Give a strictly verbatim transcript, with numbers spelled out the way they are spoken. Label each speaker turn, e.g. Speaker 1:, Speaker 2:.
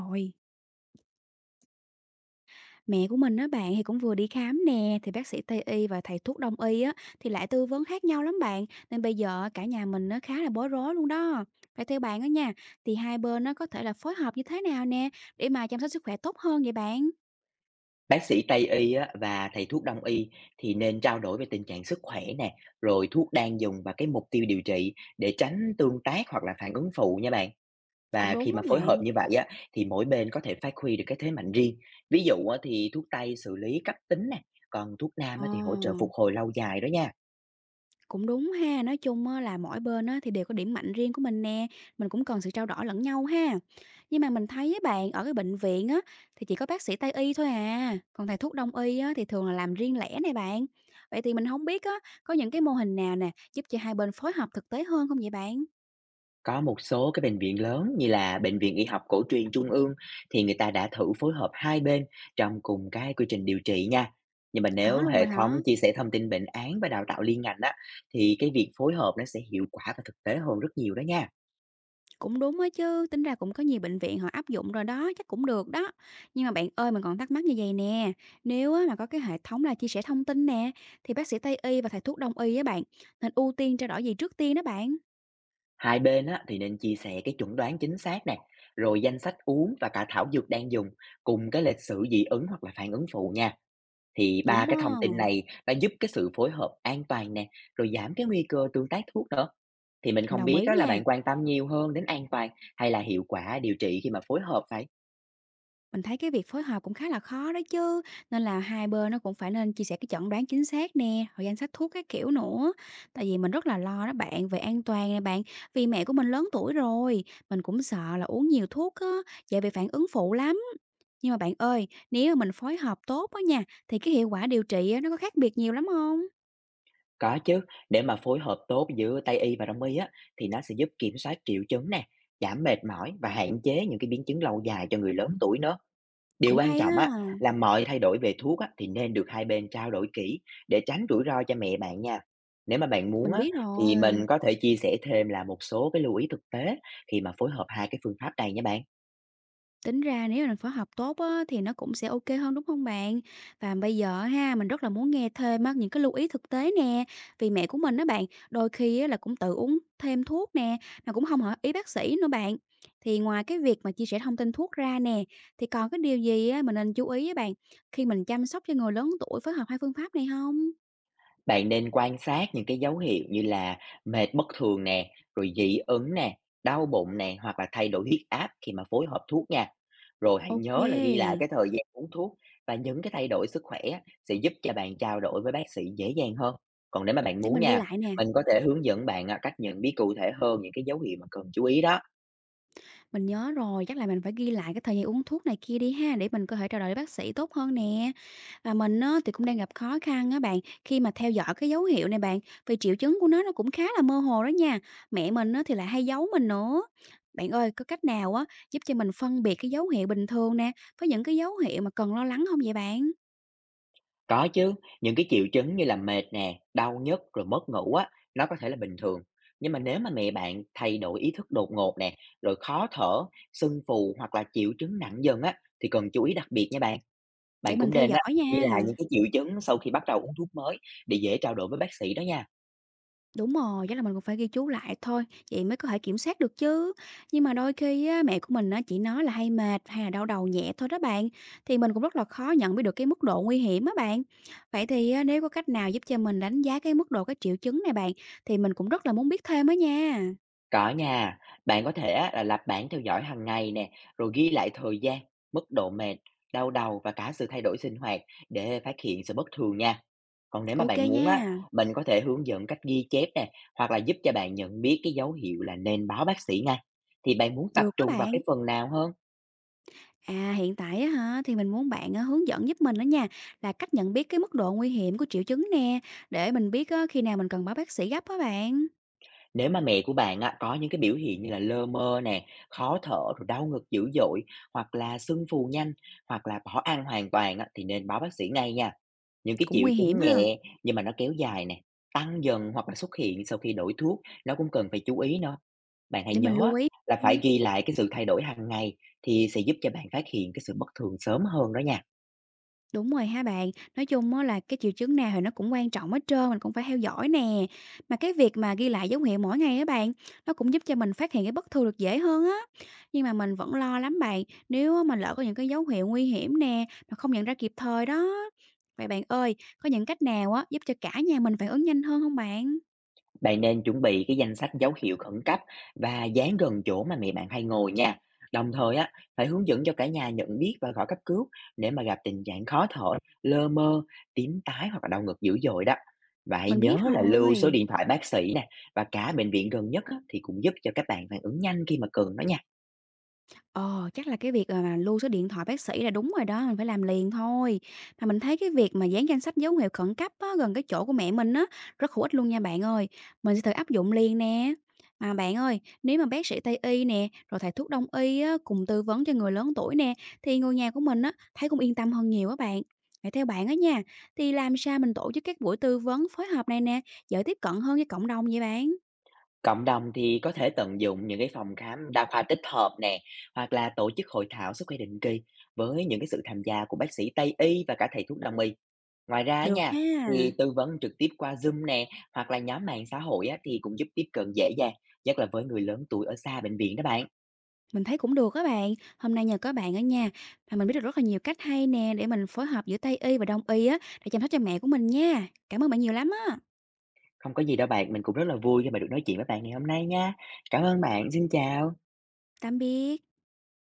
Speaker 1: Rồi, mẹ của mình á bạn thì cũng vừa đi khám nè, thì bác sĩ Tây y và thầy thuốc Đông y á thì lại tư vấn khác nhau lắm bạn, nên bây giờ cả nhà mình nó khá là bối rối luôn đó. Phải theo bạn á nha, thì hai bên nó có thể là phối hợp như thế nào nè để mà chăm sóc sức khỏe tốt hơn vậy bạn?
Speaker 2: Bác sĩ Tây y á, và thầy thuốc Đông y thì nên trao đổi về tình trạng sức khỏe nè, rồi thuốc đang dùng và cái mục tiêu điều trị để tránh tương tác hoặc là phản ứng phụ nha bạn.
Speaker 1: Cũng
Speaker 2: Và
Speaker 1: đúng
Speaker 2: khi
Speaker 1: đó
Speaker 2: mà phối hợp
Speaker 1: bạn.
Speaker 2: như vậy á, thì mỗi bên có thể phát huy được cái thế mạnh riêng. Ví dụ á, thì thuốc Tây xử lý cấp tính nè, còn thuốc Nam
Speaker 1: Ờ.
Speaker 2: á, thì hỗ trợ phục hồi lâu dài đó nha.
Speaker 1: Cũng đúng ha, nói chung á là mỗi bên á thì đều có điểm mạnh riêng của mình nè, mình cũng cần sự trao đổi lẫn nhau ha. Nhưng mà mình thấy á bạn, ở cái bệnh viện á thì chỉ có bác sĩ Tây y thôi à, còn thầy thuốc Đông y á thì thường là làm riêng lẻ này bạn. Vậy thì mình không biết á có những cái mô hình nào nè giúp cho hai bên phối hợp thực tế hơn không vậy bạn?
Speaker 2: Có một số cái bệnh viện lớn như là Bệnh viện Y học cổ truyền Trung ương thì người ta đã thử phối hợp hai bên trong cùng cái quy trình điều trị nha. Nhưng mà
Speaker 1: Có
Speaker 2: nếu
Speaker 1: luôn rồi
Speaker 2: hệ
Speaker 1: hả?
Speaker 2: thống chia sẻ thông tin bệnh án và đào tạo liên ngành á thì cái việc phối hợp nó sẽ hiệu quả và thực tế hơn rất nhiều đó nha.
Speaker 1: Cũng đúng á chứ, tính ra cũng có nhiều bệnh viện họ áp dụng rồi đó, chắc cũng được đó. Nhưng mà bạn ơi, mình còn thắc mắc như vậy nè, nếu á mà có cái hệ thống là chia sẻ thông tin nè, thì bác sĩ Tây y và thầy thuốc Đông y á bạn, nên ưu tiên trao đổi gì trước tiên đó bạn?
Speaker 2: Hai bên á thì nên chia sẻ cái chuẩn đoán chính xác nè, rồi danh sách uống và cả thảo dược đang dùng cùng cái lịch sử dị ứng hoặc là phản ứng phụ nha. Thì ba
Speaker 1: Đúng á,
Speaker 2: cái thông tin này nó giúp cái sự phối hợp an toàn nè, rồi giảm cái nguy cơ tương tác thuốc nữa. Thì mình
Speaker 1: mình
Speaker 2: không
Speaker 1: đồng
Speaker 2: biết
Speaker 1: ý
Speaker 2: á là
Speaker 1: nha.
Speaker 2: bạn quan tâm nhiều hơn đến an toàn hay là hiệu quả điều trị khi mà phối hợp phải.
Speaker 1: Mình thấy cái việc phối hợp cũng khá là khó đó chứ, nên là hai bên nó cũng phải nên chia sẻ cái chẩn đoán chính xác nè, rồi danh sách thuốc các kiểu nữa. Tại vì mình rất là lo đó bạn, về an toàn nè bạn, vì mẹ của mình lớn tuổi rồi, mình cũng sợ là uống nhiều thuốc á, dễ bị phản ứng phụ lắm. Nhưng mà bạn ơi, nếu mà mình phối hợp tốt á nha, thì cái hiệu quả điều trị á, nó có khác biệt nhiều lắm không?
Speaker 2: Có chứ, để mà phối hợp tốt giữa Tây y và Đông y á thì nó sẽ giúp kiểm soát triệu chứng nè, giảm mệt mỏi và hạn chế những cái biến chứng lâu dài cho người lớn tuổi nữa. Điều
Speaker 1: Cũng
Speaker 2: quan
Speaker 1: hay
Speaker 2: trọng á,
Speaker 1: ha,
Speaker 2: là mọi thay đổi về thuốc á, thì nên được hai bên trao đổi kỹ để tránh rủi ro cho mẹ bạn nha. Nếu mà bạn muốn
Speaker 1: mình
Speaker 2: á,
Speaker 1: biết
Speaker 2: thì mình
Speaker 1: rồi.
Speaker 2: có thể chia sẻ thêm là một số cái lưu ý thực tế khi mà phối hợp hai cái phương pháp này nha bạn.
Speaker 1: Tính ra nếu mà mình phối hợp tốt á, thì nó cũng sẽ ok hơn, đúng không bạn? Và bây giờ ha, mình rất là muốn nghe thêm á những cái lưu ý thực tế nè, vì mẹ của mình đó bạn, đôi khi á là cũng tự uống thêm thuốc nè, mà cũng không hỏi ý bác sĩ nữa bạn. Thì ngoài cái việc mà chia sẻ thông tin thuốc ra nè, thì còn cái điều gì á mình nên chú ý á bạn, khi mình chăm sóc cho người lớn tuổi phối hợp hai phương pháp này không?
Speaker 2: Bạn nên quan sát những cái dấu hiệu như là mệt bất thường nè, rồi dị ứng nè, đau bụng nè, hoặc là thay đổi huyết áp khi mà phối hợp thuốc nha. Rồi hãy
Speaker 1: Ok,
Speaker 2: nhớ là ghi lại cái thời gian uống thuốc và những cái thay đổi sức khỏe á, sẽ giúp cho bạn trao đổi với bác sĩ dễ dàng hơn. Còn nếu mà bạn
Speaker 1: để
Speaker 2: muốn
Speaker 1: mình ghi
Speaker 2: nha,
Speaker 1: lại nè.
Speaker 2: mình có thể hướng dẫn bạn à, cách nhận biết cụ thể hơn những cái dấu hiệu mà cần chú ý đó.
Speaker 1: Mình nhớ rồi, chắc là mình phải ghi lại cái thời gian uống thuốc này kia đi ha, để mình có thể trao đổi với bác sĩ tốt hơn nè. Và mình á, thì cũng đang gặp khó khăn á bạn, khi mà theo dõi cái dấu hiệu này bạn, vì triệu chứng của nó nó cũng khá là mơ hồ đó nha. Mẹ mình á, thì lại hay giấu mình nữa. Bạn ơi, có cách nào á giúp cho mình phân biệt cái dấu hiệu bình thường nè, với những cái dấu hiệu mà cần lo lắng không vậy bạn?
Speaker 2: Có chứ, những cái triệu chứng như là mệt nè, đau nhức rồi mất ngủ á, nó có thể là bình thường. Nhưng mà nếu mà mẹ bạn thay đổi ý thức đột ngột nè, rồi khó thở, sưng phù hoặc là triệu chứng nặng dần á, thì cần chú ý đặc biệt nha bạn.
Speaker 1: Để
Speaker 2: Bạn
Speaker 1: mình
Speaker 2: cũng
Speaker 1: theo
Speaker 2: nên á,
Speaker 1: dõi
Speaker 2: ghi
Speaker 1: nha.
Speaker 2: lại những cái triệu chứng sau khi bắt đầu uống thuốc mới để dễ trao đổi với bác sĩ đó nha.
Speaker 1: Đúng rồi, chắc là mình cũng phải ghi chú lại thôi, vậy mới có thể kiểm soát được chứ. Nhưng mà đôi khi á, mẹ của mình á, chỉ nói là hay mệt hay là đau đầu nhẹ thôi đó bạn, thì mình cũng rất là khó nhận biết được cái mức độ nguy hiểm á bạn. Vậy thì á, nếu có cách nào giúp cho mình đánh giá cái mức độ cái triệu chứng này bạn, thì mình cũng rất là muốn biết thêm á nha.
Speaker 2: Có nha, bạn có thể á, là lập bảng theo dõi hàng ngày nè, rồi ghi lại thời gian, mức độ mệt, đau đầu và cả sự thay đổi sinh hoạt để phát hiện sự bất thường nha. Còn nếu mà
Speaker 1: Ok
Speaker 2: bạn muốn á,
Speaker 1: nha,
Speaker 2: mình có thể hướng dẫn cách ghi chép nè, hoặc là giúp cho bạn nhận biết cái dấu hiệu là nên báo bác sĩ ngay. Thì bạn muốn tập
Speaker 1: được các
Speaker 2: trung vào
Speaker 1: bạn.
Speaker 2: cái phần nào hơn?
Speaker 1: À hiện tại á hả, thì mình muốn bạn á, hướng dẫn giúp mình đó nha, là cách nhận biết cái mức độ nguy hiểm của triệu chứng nè, để mình biết á, khi nào mình cần báo bác sĩ gấp á bạn.
Speaker 2: Nếu mà mẹ của bạn á, có những cái biểu hiện như là lơ mơ nè, khó thở, rồi đau ngực dữ dội, hoặc là sưng phù nhanh, hoặc là bỏ ăn hoàn toàn á, thì nên báo bác sĩ ngay nha. Những cái
Speaker 1: Cũng
Speaker 2: triệu
Speaker 1: nguy hiểm
Speaker 2: chứng
Speaker 1: ha.
Speaker 2: nhẹ nhưng mà nó kéo dài nè, tăng dần hoặc là xuất hiện sau khi đổi thuốc, nó cũng cần phải chú ý nữa. Bạn hãy
Speaker 1: Để mình
Speaker 2: nhớ
Speaker 1: lưu
Speaker 2: á,
Speaker 1: ý.
Speaker 2: là phải
Speaker 1: Ừm,
Speaker 2: ghi lại cái sự thay đổi hàng ngày thì sẽ giúp cho bạn phát hiện cái sự bất thường sớm hơn đó nha.
Speaker 1: đúng rồi ha bạn. Nói chung á là cái triệu chứng nào thì nó cũng quan trọng hết trơn, mình cũng phải theo dõi nè. Mà cái việc mà ghi lại dấu hiệu mỗi ngày á bạn, nó cũng giúp cho mình phát hiện cái bất thường được dễ hơn á. Nhưng mà mình vẫn lo lắm bạn, nếu á mà lỡ có những cái dấu hiệu nguy hiểm nè, mà không nhận ra kịp thời đó. Vậy bạn ơi, có những cách nào á giúp cho cả nhà mình phản ứng nhanh hơn không bạn?
Speaker 2: Bạn nên chuẩn bị cái danh sách dấu hiệu khẩn cấp và dán gần chỗ mà mẹ bạn hay ngồi nha. Đồng thời á, phải hướng dẫn cho cả nhà nhận biết và gọi cấp cứu nếu mà gặp tình trạng khó thở, lơ mơ, tím tái hoặc là đau ngực dữ dội đó. Và hãy
Speaker 1: Mình biết
Speaker 2: nhớ là lưu số
Speaker 1: rồi.
Speaker 2: điện thoại bác sĩ nè và cả bệnh viện gần nhất á, thì cũng giúp cho các bạn phản ứng nhanh khi mà cần đó nha.
Speaker 1: Ờ, chắc là cái việc, à, mà lưu số điện thoại bác sĩ là đúng rồi đó, mình phải làm liền thôi. Mà mình thấy cái việc mà dán danh sách dấu hiệu khẩn cấp á, gần cái chỗ của mẹ mình á, rất hữu ích luôn nha bạn ơi. Mình sẽ thử áp dụng liền nè. Mà bạn ơi, nếu mà bác sĩ Tây y nè, rồi thầy thuốc Đông y á, cùng tư vấn cho người lớn tuổi nè, thì người nhà của mình á, thấy cũng yên tâm hơn nhiều á bạn. Vậy theo bạn á nha, thì làm sao mình tổ chức các buổi tư vấn phối hợp này nè, dễ tiếp cận hơn với cộng đồng vậy bạn?
Speaker 2: Cộng đồng thì có thể tận dụng những cái phòng khám đa khoa tích hợp nè hoặc là tổ chức hội thảo sức khỏe định kỳ với những cái sự tham gia của bác sĩ Tây y và cả thầy thuốc đông y. Ngoài ra á
Speaker 1: Được
Speaker 2: nha,
Speaker 1: ha.
Speaker 2: thì tư vấn trực tiếp qua Zoom nè, hoặc là nhóm mạng xã hội á, thì cũng giúp tiếp cận dễ dàng, nhất là với người lớn tuổi ở xa bệnh viện đó bạn.
Speaker 1: Mình thấy cũng được các bạn. Hôm nay nhờ có bạn ở nhà mà mình biết được rất là nhiều cách hay nè để mình phối hợp giữa Tây y và Đông y á để chăm sóc cho mẹ của mình nha. Cảm ơn bạn nhiều lắm á.
Speaker 2: Không có gì đâu bạn, mình cũng rất là vui khi mà được nói chuyện với bạn ngày hôm nay nha. Cảm ơn bạn, xin chào.
Speaker 1: Tạm biệt.